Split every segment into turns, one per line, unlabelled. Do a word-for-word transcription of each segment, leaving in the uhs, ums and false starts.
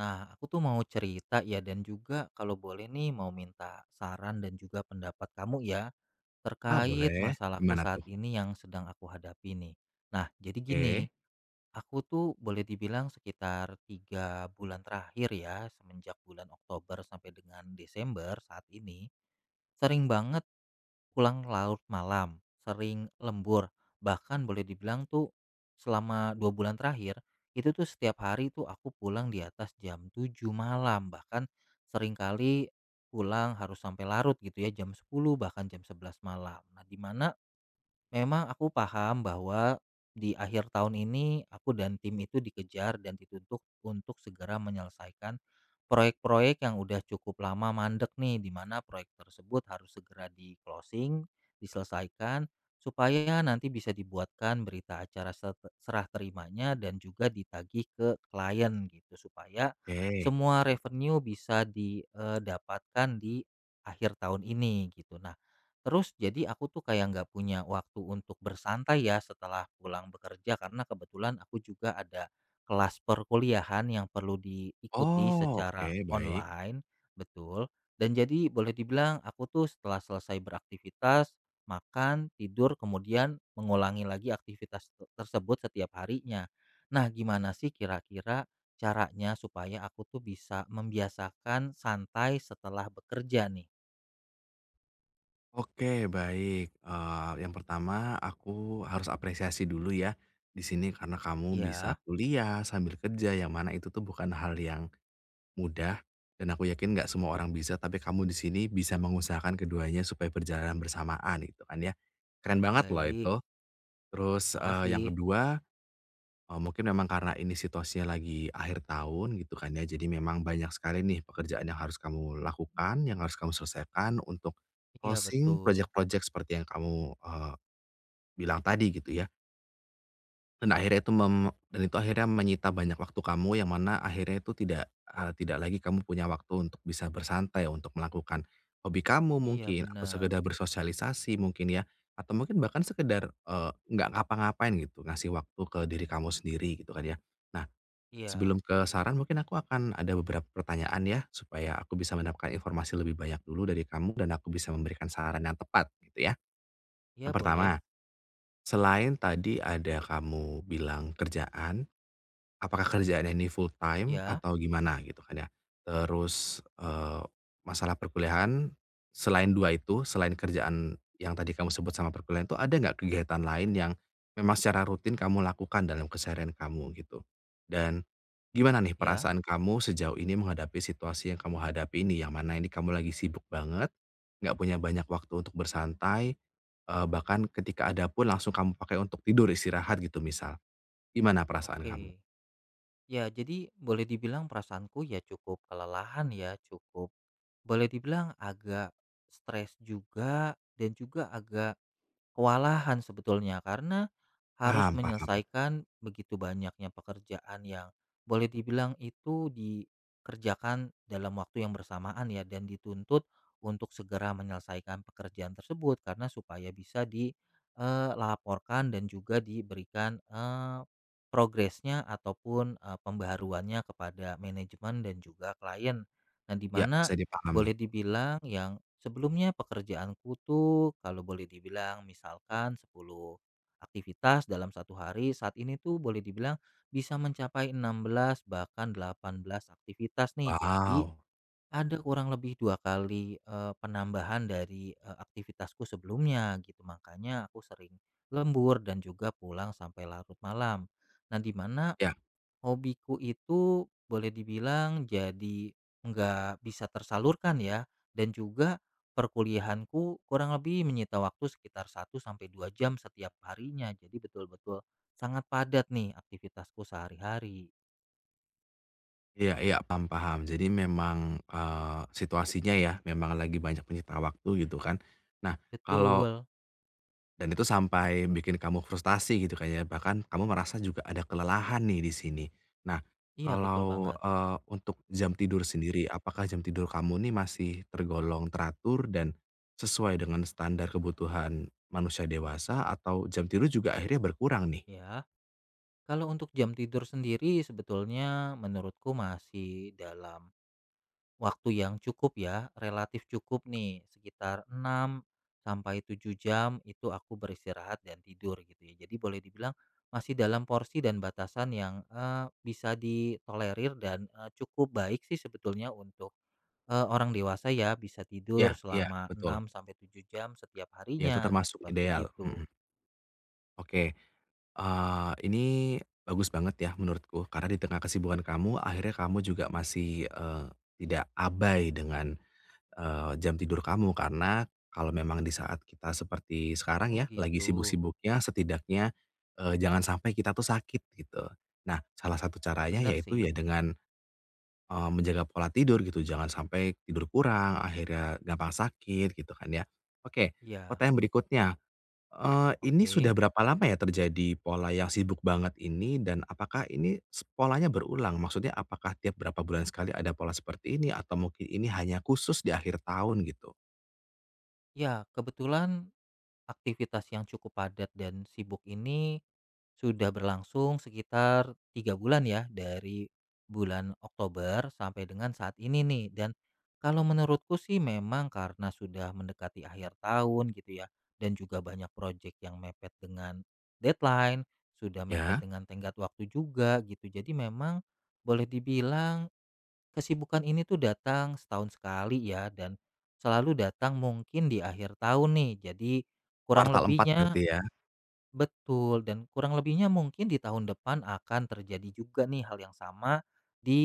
Nah, aku tuh mau cerita ya, dan juga kalau boleh nih mau minta saran dan juga pendapat kamu ya
Ah,
terkait
boleh.
masalahku
Gimana
saat
tuh?
ini yang sedang aku hadapi nih. Nah, jadi gini,
Oke
aku tuh boleh dibilang sekitar tiga bulan terakhir ya, semenjak bulan Oktober sampai dengan Desember saat ini, sering banget Pulang larut malam, sering lembur, bahkan boleh dibilang tuh selama dua bulan terakhir, itu tuh setiap hari tuh aku pulang di atas jam tujuh malam, bahkan seringkali pulang harus sampai larut gitu ya, jam sepuluh bahkan jam sebelas malam. Nah, di mana Memang aku paham bahwa di akhir tahun ini aku dan tim itu dikejar dan dituntut untuk segera menyelesaikan proyek-proyek yang udah cukup lama mandek nih, di mana proyek tersebut harus segera di closing, diselesaikan supaya nanti bisa dibuatkan berita acara ser- serah terimanya dan juga ditagih ke klien gitu supaya
oke.
semua revenue bisa didapatkan di akhir tahun ini gitu. Nah, Terus jadi aku tuh kayak nggak punya waktu untuk bersantai ya setelah pulang bekerja karena kebetulan aku juga ada kelas perkuliahan yang perlu diikuti
Oh,
secara
oke, baik.
online, betul. Dan jadi boleh dibilang aku tuh setelah selesai beraktivitas, makan, tidur, kemudian mengulangi lagi aktivitas te- tersebut setiap harinya. Nah, gimana sih kira-kira caranya supaya aku tuh bisa membiasakan santai setelah bekerja nih?
Oke, baik. Eee, yang pertama aku harus apresiasi dulu ya, di sini karena kamu bisa
Ya,
kuliah sambil kerja, yang mana itu tuh bukan hal yang mudah dan aku yakin nggak semua orang bisa, tapi kamu di sini bisa mengusahakan keduanya supaya berjalan bersamaan, gitu kan ya. Keren banget loh
baik.
itu. Terus, eee, yang
Makasih.
kedua. Eee, mungkin memang karena ini situasinya lagi akhir tahun gitu kan ya, jadi memang banyak sekali nih pekerjaan yang harus kamu lakukan, yang harus kamu selesaikan untuk
Iya,
closing
betul.
project-project seperti yang kamu, eee, bilang tadi gitu ya. Dan akhirnya itu mem dan itu akhirnya menyita banyak waktu kamu yang mana akhirnya itu tidak, eee, tidak lagi kamu punya waktu untuk bisa bersantai, untuk melakukan hobi kamu
Iya,
mungkin, atau
benar.
sekedar bersosialisasi mungkin ya, atau mungkin bahkan sekedar, eee, nggak ngapa-ngapain gitu, ngasih waktu ke diri kamu sendiri gitu kan ya. Nah,
Iya.
sebelum ke saran mungkin aku akan ada beberapa pertanyaan ya, supaya aku bisa mendapatkan informasi lebih banyak dulu dari kamu dan aku bisa memberikan saran yang tepat gitu ya. Yang
Iya boleh.
pertama, selain tadi ada kamu bilang kerjaan, apakah kerjaan ini full time
Iya.
atau gimana gitu kan ya. Terus, eee, masalah perkuliahan, selain dua itu, selain kerjaan yang tadi kamu sebut sama perkuliahan itu ada nggak kegiatan lain yang memang secara rutin kamu lakukan dalam keseharian kamu gitu? Dan gimana nih
Iya.
perasaan kamu sejauh ini menghadapi situasi yang kamu hadapi ini, yang mana ini kamu lagi sibuk banget, nggak punya banyak waktu untuk bersantai, eee, bahkan ketika ada pun langsung kamu pakai untuk tidur, istirahat gitu misal. Gimana perasaan kamu?
Oke. Ya, jadi boleh dibilang perasaanku ya cukup kelelahan, ya cukup boleh dibilang agak stres juga, dan juga agak Kewalahan sebetulnya karena harus
Paham paham,
menyelesaikan begitu banyaknya pekerjaan yang boleh dibilang itu dikerjakan dalam waktu yang bersamaan ya, dan dituntut untuk segera menyelesaikan pekerjaan tersebut karena supaya bisa dilaporkan dan juga diberikan eh, progresnya ataupun eh, pembaharuannya kepada manajemen dan juga klien. Nah, di
iya
mana
bisa dipahami.
boleh dibilang yang sebelumnya pekerjaanku tuh kalau boleh dibilang misalkan sepuluh aktivitas dalam satu hari, saat ini tuh boleh dibilang bisa mencapai enam belas bahkan delapan belas aktivitas nih. Jadi
Wow,
ada kurang lebih dua kali eh, penambahan dari eh, aktivitasku sebelumnya gitu. Makanya aku sering lembur dan juga pulang sampai larut malam. Nah, di mana
iya
Hobiku itu boleh dibilang jadi nggak bisa tersalurkan ya, dan juga perkuliahanku kurang lebih menyita waktu sekitar satu sampai dua jam setiap harinya. Jadi betul-betul sangat padat nih aktivitasku sehari-hari.
iya iya, paham paham. Jadi memang, eee, situasinya ya memang lagi banyak menyita waktu gitu kan. Nah kalau
Betul.
dan itu sampai bikin kamu frustasi gitu kan ya, bahkan kamu merasa juga ada kelelahan nih di sini. Nah
Iya betul
kalau,
banget,
eee, untuk jam tidur sendiri, apakah jam tidur kamu nih masih tergolong teratur dan sesuai dengan standar kebutuhan manusia dewasa atau jam tidur juga akhirnya berkurang nih?
ya. Kalau untuk jam tidur sendiri sebetulnya menurutku masih dalam Waktu yang cukup ya, relatif cukup nih, sekitar enam sampai tujuh jam itu aku beristirahat dan tidur gitu ya. Jadi boleh dibilang masih dalam porsi dan batasan yang eh, bisa ditolerir dan eh, cukup baik sih sebetulnya untuk eh, orang dewasa ya bisa
Iya
tidur
iya,
selama
betul.
enam sampai tujuh jam setiap
Ya itu
harinya
termasuk ideal,
seperti
mhm.
itu.
Oke, eee, ini bagus banget ya menurutku karena di tengah kesibukan kamu akhirnya kamu juga masih, eee, tidak abai dengan, eee, jam tidur kamu karena kalau memang di saat kita seperti sekarang
Oh
ya lagi
gitu.
sibuk-sibuknya setidaknya, eee, jangan sampai kita tuh sakit gitu. Nah salah satu caranya
Bener
yaitu ya
sih.
dengan, eee, menjaga pola tidur gitu jangan sampai tidur kurang akhirnya gampang sakit gitu kan ya. Oke,
Ya.
pertanyaan berikutnya. Eee, ini sudah
Oke.
berapa lama ya terjadi pola yang sibuk banget ini dan apakah ini s polanya berulang? Maksudnya apakah tiap berapa bulan sekali ada pola seperti ini atau mungkin ini hanya khusus di akhir tahun gitu?
Ya, kebetulan aktivitas yang cukup padat dan sibuk ini Sudah berlangsung sekitar tiga bulan ya, dari bulan Oktober sampai dengan saat ini nih. Dan kalau menurutku sih memang karena sudah mendekati akhir tahun gitu ya, dan juga banyak proyek yang mepet dengan deadline, sudah mepet
Ya,
dengan tenggat waktu juga gitu. Jadi memang boleh dibilang kesibukan ini tuh datang setahun sekali ya, dan selalu datang mungkin di akhir tahun nih. Jadi kurang
kuartal empat
lebihnya.
berarti ya?
Betul, dan kurang lebihnya mungkin di tahun depan akan terjadi juga nih hal yang sama di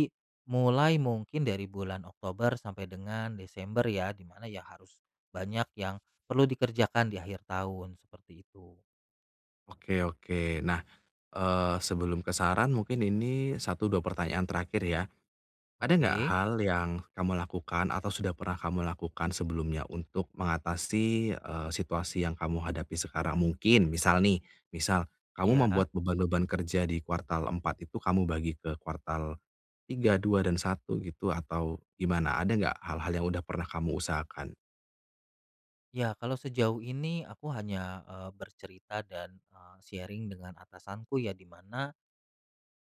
mulai mungkin dari bulan Oktober sampai dengan Desember ya, di mana ya harus banyak yang perlu dikerjakan di akhir tahun seperti itu.
Oke oke. Nah, eee, sebelum ke saran mungkin ini satu dua pertanyaan terakhir ya. Ada nggak
Oke,
hal yang kamu lakukan atau sudah pernah kamu lakukan sebelumnya untuk mengatasi, eee, situasi yang kamu hadapi sekarang? Mungkin misal nih, misal kamu
ya.
membuat beban-beban kerja di kuartal empat itu kamu bagi ke kuartal tiga dua dan satu gitu atau gimana? Ada nggak hal-hal yang udah pernah kamu usahakan?
Ya, kalau sejauh ini aku hanya eh, bercerita dan eh, sharing dengan atasanku ya, di mana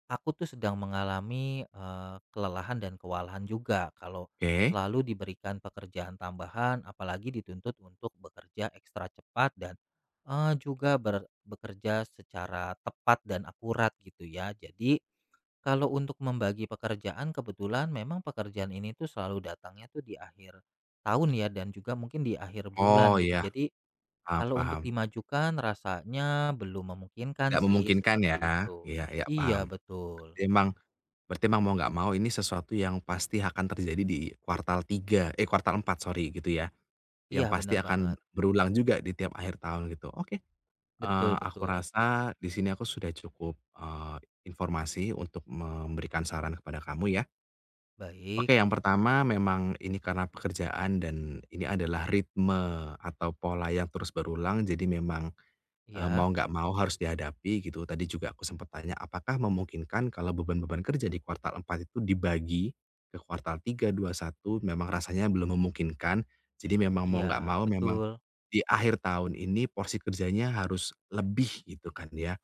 Aku tuh sedang mengalami, eee, kelelahan dan kewalahan juga kalau
Oke.
selalu diberikan pekerjaan tambahan, apalagi dituntut untuk bekerja ekstra cepat dan, eee, juga ber bekerja secara tepat dan akurat gitu ya. Jadi kalau untuk membagi pekerjaan, kebetulan memang pekerjaan ini tuh selalu datangnya tuh di akhir tahun ya, dan juga mungkin di akhir bulan
Oh
gitu.
iya,
Jadi
paham
kalau untuk
paham.
dimajukan rasanya belum memungkinkan
Nggak
sih,
memungkinkan
seperti
ya?
itu.
Iya iya,
Iya,
paham.
betul.
Emang berarti emang mau nggak mau ini sesuatu yang pasti akan terjadi di kuartal tiga eh, kuartal empat sorry gitu ya? Yang
Iya,
pasti
benar
akan
banget.
berulang juga di tiap akhir tahun gitu. Oke, eee,
Betul,
aku
betul.
rasa di sini aku sudah cukup, eee, informasi untuk memberikan saran kepada kamu ya.
Baik,
Oke, yang pertama memang ini karena pekerjaan dan ini adalah ritme atau pola yang terus berulang jadi memang, eee, mau
iya,
nggak mau harus dihadapi gitu. Tadi juga aku sempat tanya apakah memungkinkan kalau beban-beban kerja di kuartal empat itu dibagi ke kuartal tiga dua satu? Memang rasanya belum memungkinkan. Jadi memang mau nggak
iya,
mau memang
betul,
di akhir tahun ini porsi kerjanya harus lebih gitu kan ya,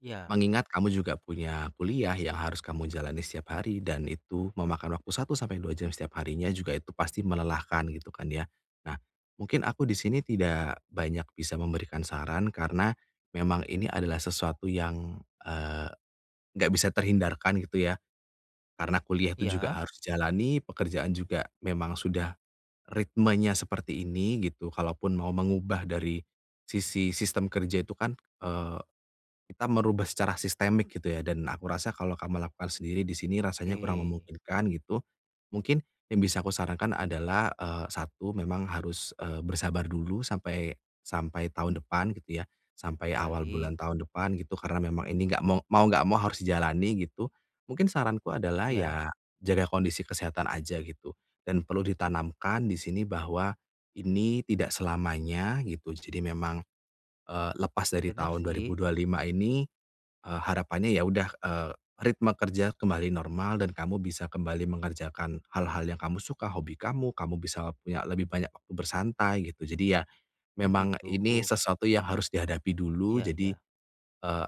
iya,
mengingat kamu juga punya kuliah yang harus kamu jalani setiap hari dan itu memakan waktu satu sampai dua jam setiap harinya juga itu pasti melelahkan gitu kan ya. Nah, mungkin aku di sini tidak banyak bisa memberikan saran karena memang ini adalah sesuatu yang, eee, nggak bisa terhindarkan gitu ya, karena kuliah itu juga
iya,
harus jalani, pekerjaan juga memang sudah ritmenya seperti ini gitu, kalaupun mau mengubah dari sisi sistem kerja itu kan, kita merubah secara sistemik gitu ya, dan aku rasa kalau kamu lakukan sendiri di sini rasanya
oke.
kurang memungkinkan gitu. Mungkin yang bisa aku sarankan adalah, eee, satu memang harus, eee, bersabar dulu sampai sampai tahun depan gitu ya, sampai awal
Baik,
bulan tahun depan gitu karena memang ini nggak mau mau nggak mau harus dijalani gitu. Mungkin saranku adalah
iya,
ya jaga kondisi kesehatan aja gitu, dan perlu ditanamkan di sini bahwa ini tidak selamanya gitu. Jadi memang, eee, lepas dari
benar
tahun
sih.
dua ribu dua puluh lima ini. Eee, harapannya ya udah, eee, ritme kerja kembali normal dan kamu bisa kembali mengerjakan hal-hal yang kamu suka, hobi kamu, kamu bisa punya lebih banyak waktu bersantai gitu. Jadi ya
Oh
memang
gitu.
ini sesuatu yang harus dihadapi dulu.
Iya,
Jadi,
iya,
eee,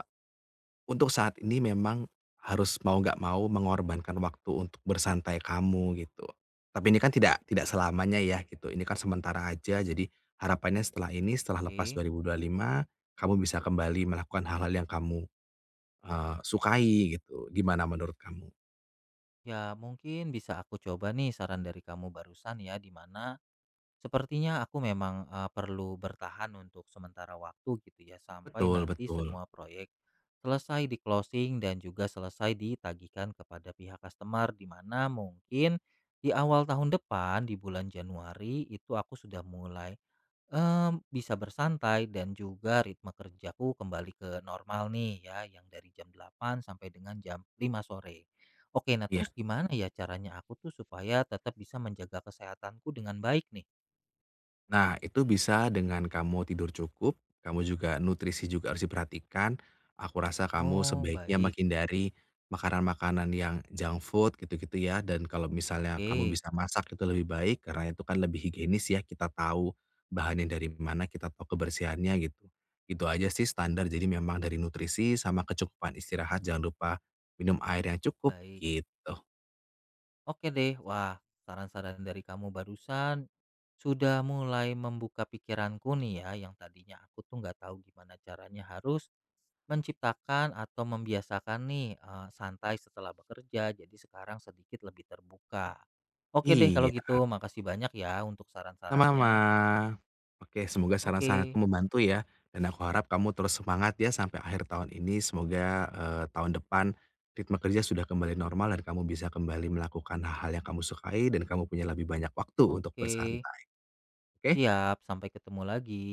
untuk saat ini memang harus mau nggak mau mengorbankan waktu untuk bersantai kamu gitu. Tapi ini kan tidak tidak selamanya ya gitu, ini kan sementara aja. Jadi harapannya setelah ini, setelah lepas
oke.
dua ribu dua puluh lima kamu bisa kembali melakukan hal-hal yang kamu Eee, sukai gitu, gimana menurut kamu?
Ya, mungkin bisa aku coba nih saran dari kamu barusan ya, di mana Sepertinya aku memang eh, perlu bertahan untuk sementara waktu gitu ya sampai
Betul
nanti
betul,
semua proyek selesai di closing dan juga selesai ditagihkan kepada pihak customer, di mana mungkin di awal tahun depan di bulan Januari itu aku sudah mulai em, bisa bersantai dan juga ritme kerjaku kembali ke normal nih ya, yang dari jam delapan sampai dengan jam lima sore. Oke, nah
iya.
terus gimana ya caranya aku tuh supaya tetap bisa menjaga kesehatanku dengan baik nih?
Nah itu bisa dengan kamu tidur cukup, kamu juga nutrisi juga harus diperhatikan, aku rasa kamu
Oh,
sebaiknya
baik.
menghindari makanan-makanan yang junk food gitu-gitu ya, dan kalau misalnya kamu
Oke,
bisa masak itu lebih baik, karena itu kan lebih higienis ya, kita tahu bahannya dari mana, kita tahu kebersihannya gitu. Itu aja sih standar, jadi memang dari nutrisi sama kecukupan istirahat, jangan lupa minum air yang cukup,
baik.
gitu.
Oke deh. Wah, saran-saran dari kamu barusan sudah mulai membuka pikiranku nih ya, yang tadinya aku tuh nggak tahu gimana caranya harus menciptakan atau membiasakan nih eh, santai setelah bekerja. Jadi sekarang sedikit lebih terbuka. Oke deh kalau
Iya.
gitu, makasih banyak ya untuk
Sama-sama.
saran-sarannya.
Oke, semoga saran-saranku
Oke,
membantu ya, dan aku harap kamu terus semangat ya sampai akhir tahun ini. Semoga, eee, tahun depan ritme kerja sudah kembali normal dan kamu bisa kembali melakukan hal-hal yang kamu sukai dan kamu punya lebih banyak waktu untuk
oke.
bersantai, oke?
Siap, sampai ketemu lagi.